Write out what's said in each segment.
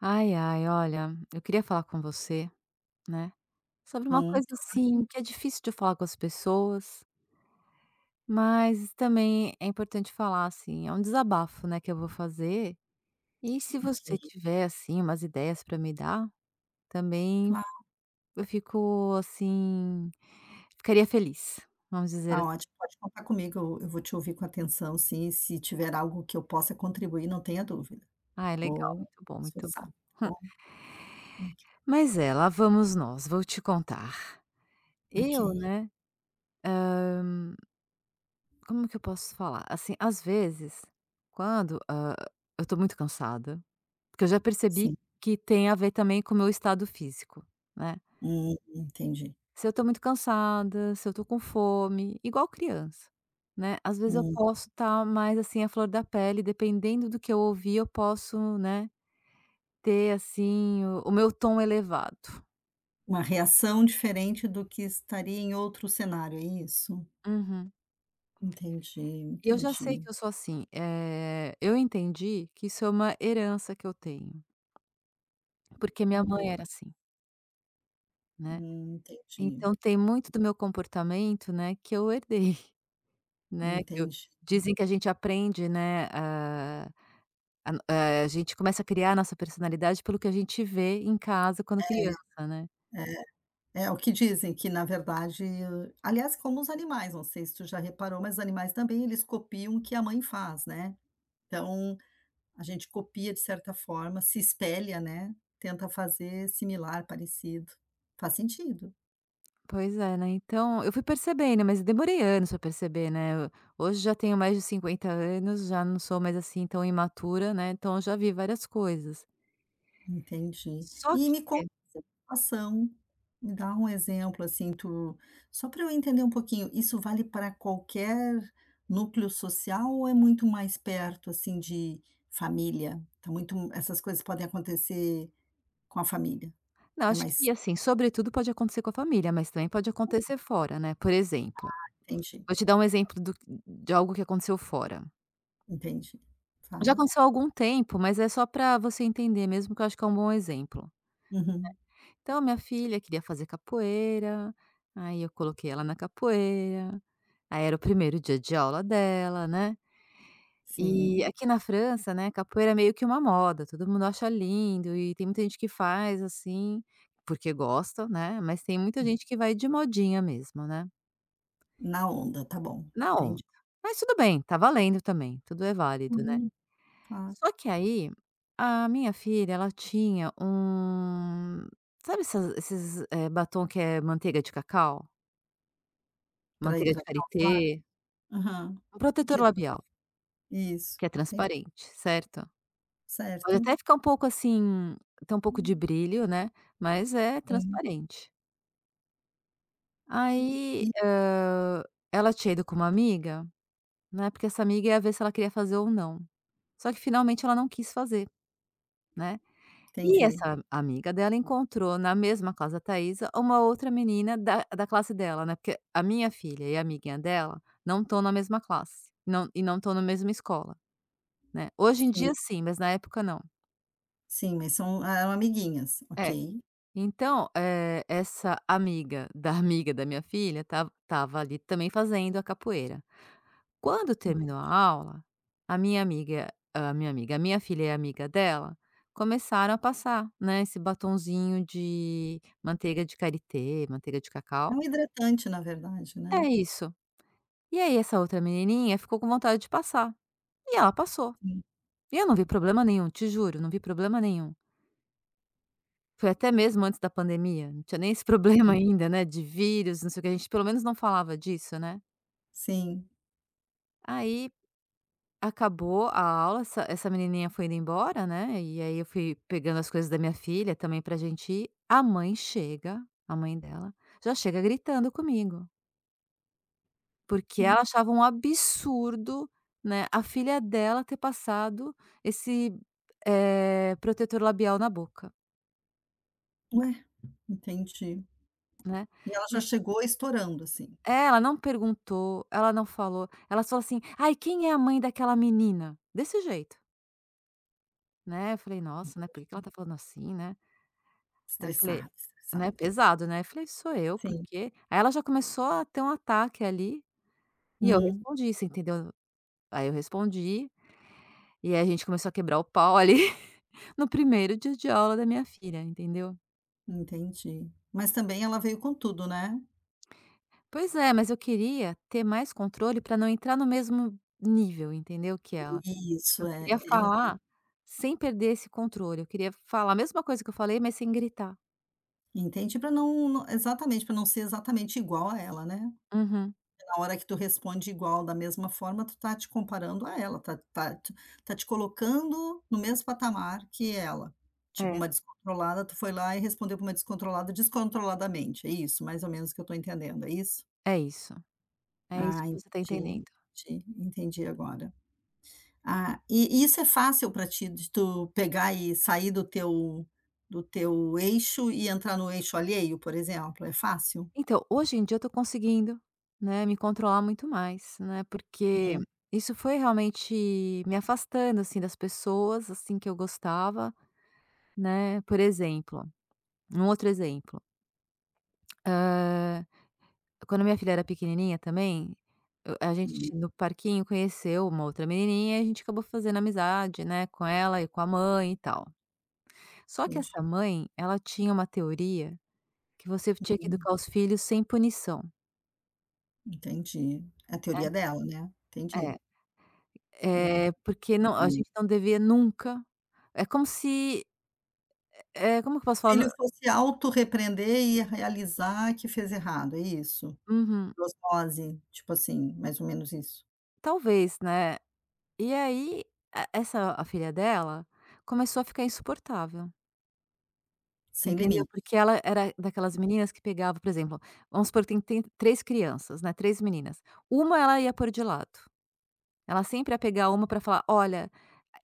Ai, ai, olha, eu queria falar com você, né, sobre uma Uhum, coisa assim que é difícil de falar com as pessoas, mas também é importante falar assim, é um desabafo, né, que eu vou fazer. E se você ok. tiver assim umas ideias para me dar, também Claro, eu fico assim, ficaria feliz. Vamos dizer tá assim, ótimo. Pode contar comigo, eu vou te ouvir com atenção, sim, se tiver algo que eu possa contribuir, não tenha dúvida. ai, legal, Vou me muito bom, muito esforçar, bom. tá bom? Ok, Mas é, lá vamos nós, vou te contar. ok, Eu, né, como que eu posso falar? Assim, às vezes, quando, eu tô muito cansada, porque eu já percebi sim. que tem a ver também com o meu estado físico, né. Entendi. Se eu tô muito cansada, se eu tô com fome, igual criança, né. Às vezes eu Hum, posso estar mais, assim, a flor da pele, dependendo do que eu ouvir, eu posso, né, ter, assim, o meu tom elevado. uma reação diferente do que estaria em outro cenário, é isso? Uhum. Entendi, E eu já sei entendi. que eu sou assim, eu entendi que isso é uma herança que eu tenho, porque minha mãe Primeira- era assim, né. Entendi, Então tem muito do meu comportamento, né, que eu herdei, né, que eu entendi. dizem que a gente aprende, né, a no eh, a gente começa a criar a nossa personalidade pelo que a gente vê em casa quando criança, né. É. É, o que dizem que, na verdade aliás, como os animais, não sei se tu já reparou, mas os animais também eles copiam o que a mãe faz, né. Então, a gente copia de certa forma, se espelha, né, tenta fazer similar, parecido. Faz sentido, Pois é, né, então eu fui percebendo, mas demorei anos pra perceber, né. Hoje já tenho mais de 50 anos, já não sou mais, assim, tão imatura, né, então eu já vi várias coisas. entendi. Só E que me conta uma ação, me dá um exemplo, assim, tu só para eu entender um pouquinho, isso vale para qualquer núcleo social ou é muito mais perto, assim, de família? Tá muito essas coisas podem acontecer com a família, não, é acho que, mais assim, sobretudo pode acontecer com a família, mas também pode acontecer fora, né, por exemplo. entendi, Vou te dar um exemplo do de algo que aconteceu fora. entendi. Já Fala. aconteceu há algum tempo, mas é só para você entender mesmo, que eu acho que é um bom exemplo. Uhum. Então, minha filha queria fazer capoeira, aí eu coloquei ela na capoeira, aí era o primeiro dia de aula dela, né. Sim, E aqui na França, né, capoeira é meio que uma moda, todo mundo acha lindo e tem muita gente que faz, assim, porque gosta, né, mas tem muita gente que vai de modinha mesmo, né, na onda, tá bom, na entendi. onda. Mas tudo bem, tá valendo também, tudo é válido, né. Uhum, claro, Só que aí, a minha filha, ela tinha um, sabe essas esses, eh, batom que é manteiga de cacau? pra Manteiga de hidratar os lábios? karité? Aham. Um De protetor hidra labial, Isso, que é entendi, transparente, certo? Pode certo. até ficar um pouco assim, tem um pouco de brilho, né, mas é Sim, transparente. Hum, Aí, ela tinha ido com uma amiga, né, porque essa amiga ia ver se ela queria fazer ou não. Só que finalmente ela não quis fazer, né. E entendi. essa amiga dela encontrou na mesma casa Taísa uma outra menina da classe dela, né, porque a minha filha e a amiguinha dela não estão na mesma classe, não e não estão na mesma escola, né. Hoje em Sim, dia sim, mas na época não. sim, mas eram amiguinhas, É. ok. Então, essa amiga da amiga da minha filha tava estava ali também fazendo a capoeira. Quando terminou a aula, a minha amiga a minha filha e a amiga dela começaram a passar, né, esse batonzinho de manteiga de karité, manteiga de É cacau. um hidratante, na verdade, É né. isso. E aí essa outra menininha ficou com vontade de passar, e ela passou. Sim, E eu não vi problema nenhum, te juro, não vi problema nenhum. Foi até mesmo antes da pandemia, não tinha nem esse problema ainda, né, de vírus, não sei o que, a gente pelo menos não falava disso, né. sim. Aí acabou a aula, essa menininha foi indo embora, né, e aí eu fui pegando as coisas da minha filha também pra gente ir, a mãe chega, a mãe dela, já chega gritando comigo, porque Ué ela achava um absurdo, né, a filha dela ter passado esse protetor labial na boca, ué, entendi. né. E ela E já chegou estourando, assim, é, ela não perguntou, ela não falou, ela falou assim: "Ai, quem é a mãe daquela menina?" Desse jeito, né, eu falei: "Nossa, né, por que que ela tá falando assim, né?" Aí eu falei, estressada, né, estressada. pesado, né, eu falei: "Sou eu, por Sim. quê?". Aí ela já começou a ter um ataque ali, e eu Hum. respondi, você entendeu? Aí eu respondi, e aí a gente começou a quebrar o pau ali no primeiro dia de aula da minha filha, entendeu? Entendi. Mas também ela veio com tudo, né. Pois é, mas eu queria ter mais controle para não entrar no mesmo nível, entendeu, que ela. Isso, Eu é queria é. falar sem perder esse controle, eu queria falar a mesma coisa que eu falei, mas sem gritar. Entendi, para não não exatamente, para não ser exatamente igual a ela, né. Uhum. Na hora que tu responde igual, da mesma forma, tu tá te comparando a ela, tu tá te colocando no mesmo patamar que ela. Tipo É, uma descontrolada, tu foi lá e respondeu pra uma descontrolada descontroladamente, é isso, mais ou menos o que eu tô entendendo, é isso? é isso. É isso Ah, que você tá entendi, entendendo. entendi, entendi agora. Ah, e isso é fácil para ti de tu pegar e sair do teu eixo e entrar no eixo alheio, por exemplo, é fácil? Então, hoje em dia eu tô conseguindo, né, me controlar muito mais, né, porque Hum, isso foi realmente me afastando, assim, das pessoas, assim, que eu gostava, né. Por exemplo, um outro exemplo, hã, quando minha filha era pequenininha também, eu a hum, gente no parquinho conheceu uma outra menininha e a gente acabou fazendo amizade, né, com ela e com a mãe e tal. Só que entendi. essa mãe, ela tinha uma teoria que você tinha que Hum, educar os filhos sem punição. entendi. É a teoria dela, né. Entendi, É. entendi. É porque não, a Hum. gente não devia nunca, é como se, é como que eu posso falar? Não. Filho fosse autorrepreender e realizar que fez errado, é isso? Uhum. Por osmose, tipo assim, mais ou menos isso. Talvez, né. E aí, e essa a filha dela começou a ficar insuportável, Sem entendeu? limite. Porque ela era daquelas meninas que pegava, por exemplo, vamos supor, tem 3 crianças, né, 3 meninas. Uma ela ia pôr de lado. Ela sempre ia pegar uma para falar: "Olha,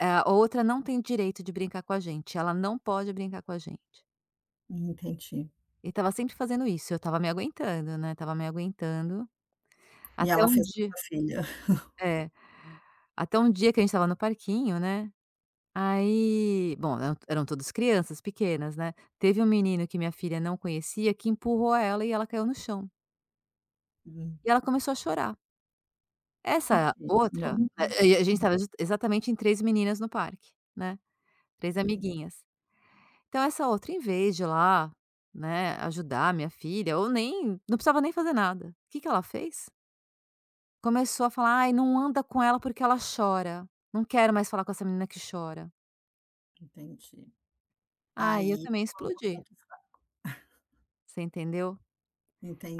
é, a outra não tem direito de brincar com a gente, ela não pode brincar com a gente". Entendi. E tava sempre fazendo isso, eu tava me aguentando, né, tava me aguentando. E Até ela um fez com a dia tua filha. é. Até um dia que a gente estava no parquinho, né, aí bom, eram todas crianças pequenas, né. Teve um menino que minha filha não conhecia que empurrou ela e ela caiu no chão. Hum, E ela começou a chorar. ok, Essa outra, normal. E a gente estava exatamente em 3 meninas no parque, né, três Enten amiguinhas. Então essa outra, em vez de ir lá, né, ajudar minha filha, ou nem, não precisava nem fazer nada. O que que ela fez? Começou a falar: "Ai, não anda com ela porque ela chora. Não quero mais falar com essa menina que chora". Entendi. Aí eu Aí também explodi, você entendeu?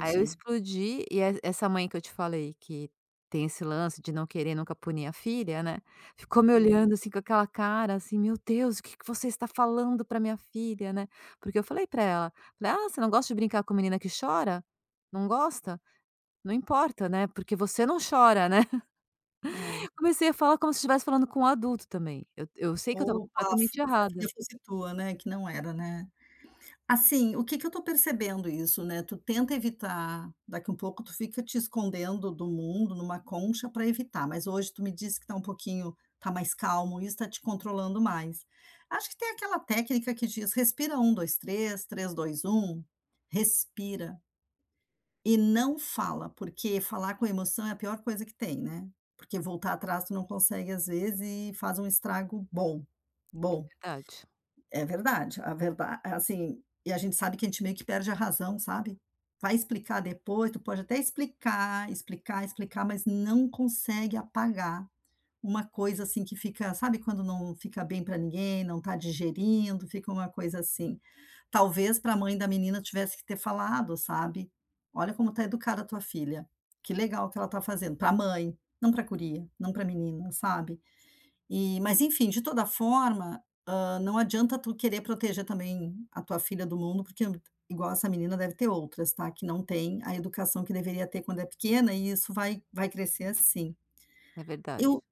Aí eu explodi e essa mãe que eu te falei que tem esse lance de não querer nunca punir a filha, né, ficou me E olhando, assim, com aquela cara, assim: "Meu Deus, o que que você está falando pra minha filha", né. Porque eu falei pra ela, falei: "Ah, você não gosta de brincar com menina que chora? Não gosta? Não importa, né, porque você não chora, né". é, Comecei a falar como se estivesse falando com um adulto também. Eu sei que eu estava ou com a completamente fi se a filha errada. fosse tua, né, que não era, né. Assim, o que que eu tô percebendo isso, né, tu tenta evitar, daqui um pouco tu fica te escondendo do mundo numa concha pra evitar, mas hoje tu me disse que tá um pouquinho tá mais calmo, isso tá te controlando mais. Acho que tem aquela técnica que diz: "Respira um, dois, três, três, dois, um. Respira. E não fala, porque falar com emoção é a pior coisa que tem, né, porque voltar atrás tu não consegue às vezes e faz um estrago bom, bom." Verdade, É verdade, a verdade assim, e a gente sabe que a gente meio que perde a razão, sabe. Vai explicar depois, tu pode até explicar, explicar, explicar, mas não consegue apagar uma coisa assim que fica sabe quando não fica bem para ninguém, não tá digerindo, fica uma coisa assim. Talvez para a mãe da menina tivesse que ter falado, sabe: "Olha como tá educada a tua filha, que legal que ela tá fazendo", para a mãe, não pra guria, não pra menina, sabe. E mas enfim, de toda forma, hã, não adianta tu querer proteger também a tua filha do mundo, porque igual essa menina deve ter outras, tá, que não tem a educação que deveria ter quando é pequena e isso vai crescer assim. é verdade. Eu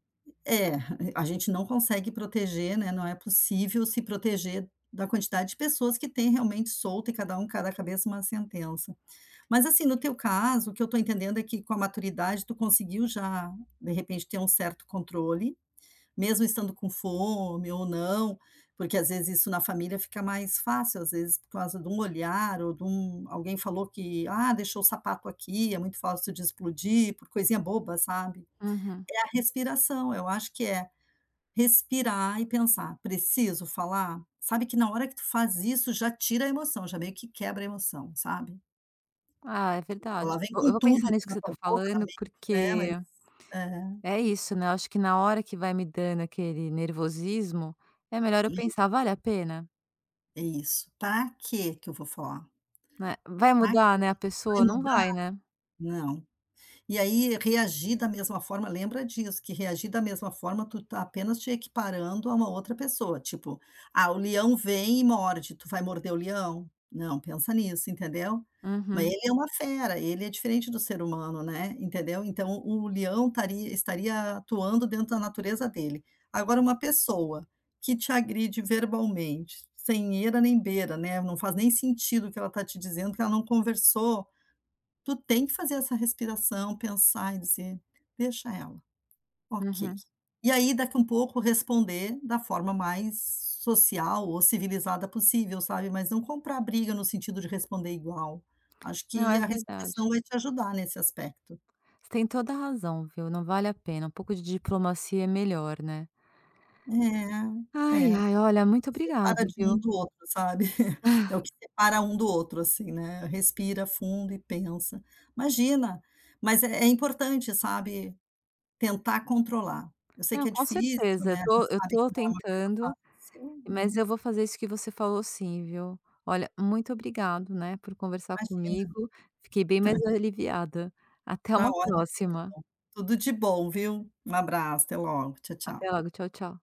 é, a gente não consegue proteger, né, não é possível se proteger da quantidade de pessoas que tem realmente solta e cada um, cada cabeça uma sentença. Mas assim, no teu caso, o que eu estou entendendo é que com a maturidade tu conseguiu já, de repente, ter um certo controle, mesmo estando com fome ou não, porque às vezes isso na família fica mais fácil, às vezes por causa de um olhar ou de um, alguém falou que, ah, deixou o sapato aqui, é muito fácil de explodir por coisinha boba, sabe? Uhum. É a respiração, eu acho que é respirar e pensar: "Preciso falar?". Sabe que na hora que tu faz isso, já tira a emoção, já meio que quebra a emoção, sabe. Ah, é Ela verdade. vem Eu com vou tudo pensar aqui nisso que na você está tua boca, na falando, mente, né, mas porque é, é isso, né, eu acho que na hora que vai me dando aquele nervosismo, é melhor eu e pensar: "Vale a pena?", é isso. "Pra quê que eu vou falar? né. Vai Pra mudar, que né, a pessoa? vai Não mudar? vai, né. Não". E aí reagir da mesma forma lembra disso, que reagir da mesma forma tu tá apenas te equiparando a uma outra pessoa, tipo: "Ah, o leão vem e morde, tu vai morder o leão?". Não, pensa nisso, entendeu? Mas Uhum, ele é uma fera, ele é diferente do ser humano, né, entendeu? Então o leão estaria atuando dentro da natureza dele. Agora uma pessoa que te agride verbalmente, sem eira nem beira, né, não faz nem sentido o que ela está te dizendo, que ela não conversou. Tu tem que fazer essa respiração, pensar e dizer: "Deixa ela, ok". uhum. E aí, daqui um pouco, responder da forma mais social ou civilizada possível, sabe, mas não comprar briga no sentido de responder igual. Acho Não, que é a verdade. respiração vai te ajudar nesse aspecto. Você tem toda a razão, viu, não vale a pena. Um pouco de diplomacia é melhor, né. É, Ai, é, ai, olha, muito separa obrigado, de um viu. do outro, sabe. É o que separa um do outro, assim, né, respira fundo e pensa. Imagina, mas é é importante, sabe, tentar controlar. Eu sei Não, que é com difícil, certeza. né, Eu a tô gente eu sabe que tô não é uma coisa tentando, fácil, mas eu mas vou fazer isso que você falou sim, viu. Olha, muito obrigado, né, por conversar imagina. comigo. Fiquei bem Tá mais aliviada. Até tá uma ótimo então. próxima. Tudo de bom, viu. Um abraço, até logo. Tchau, tchau. Até logo. Tchau, tchau.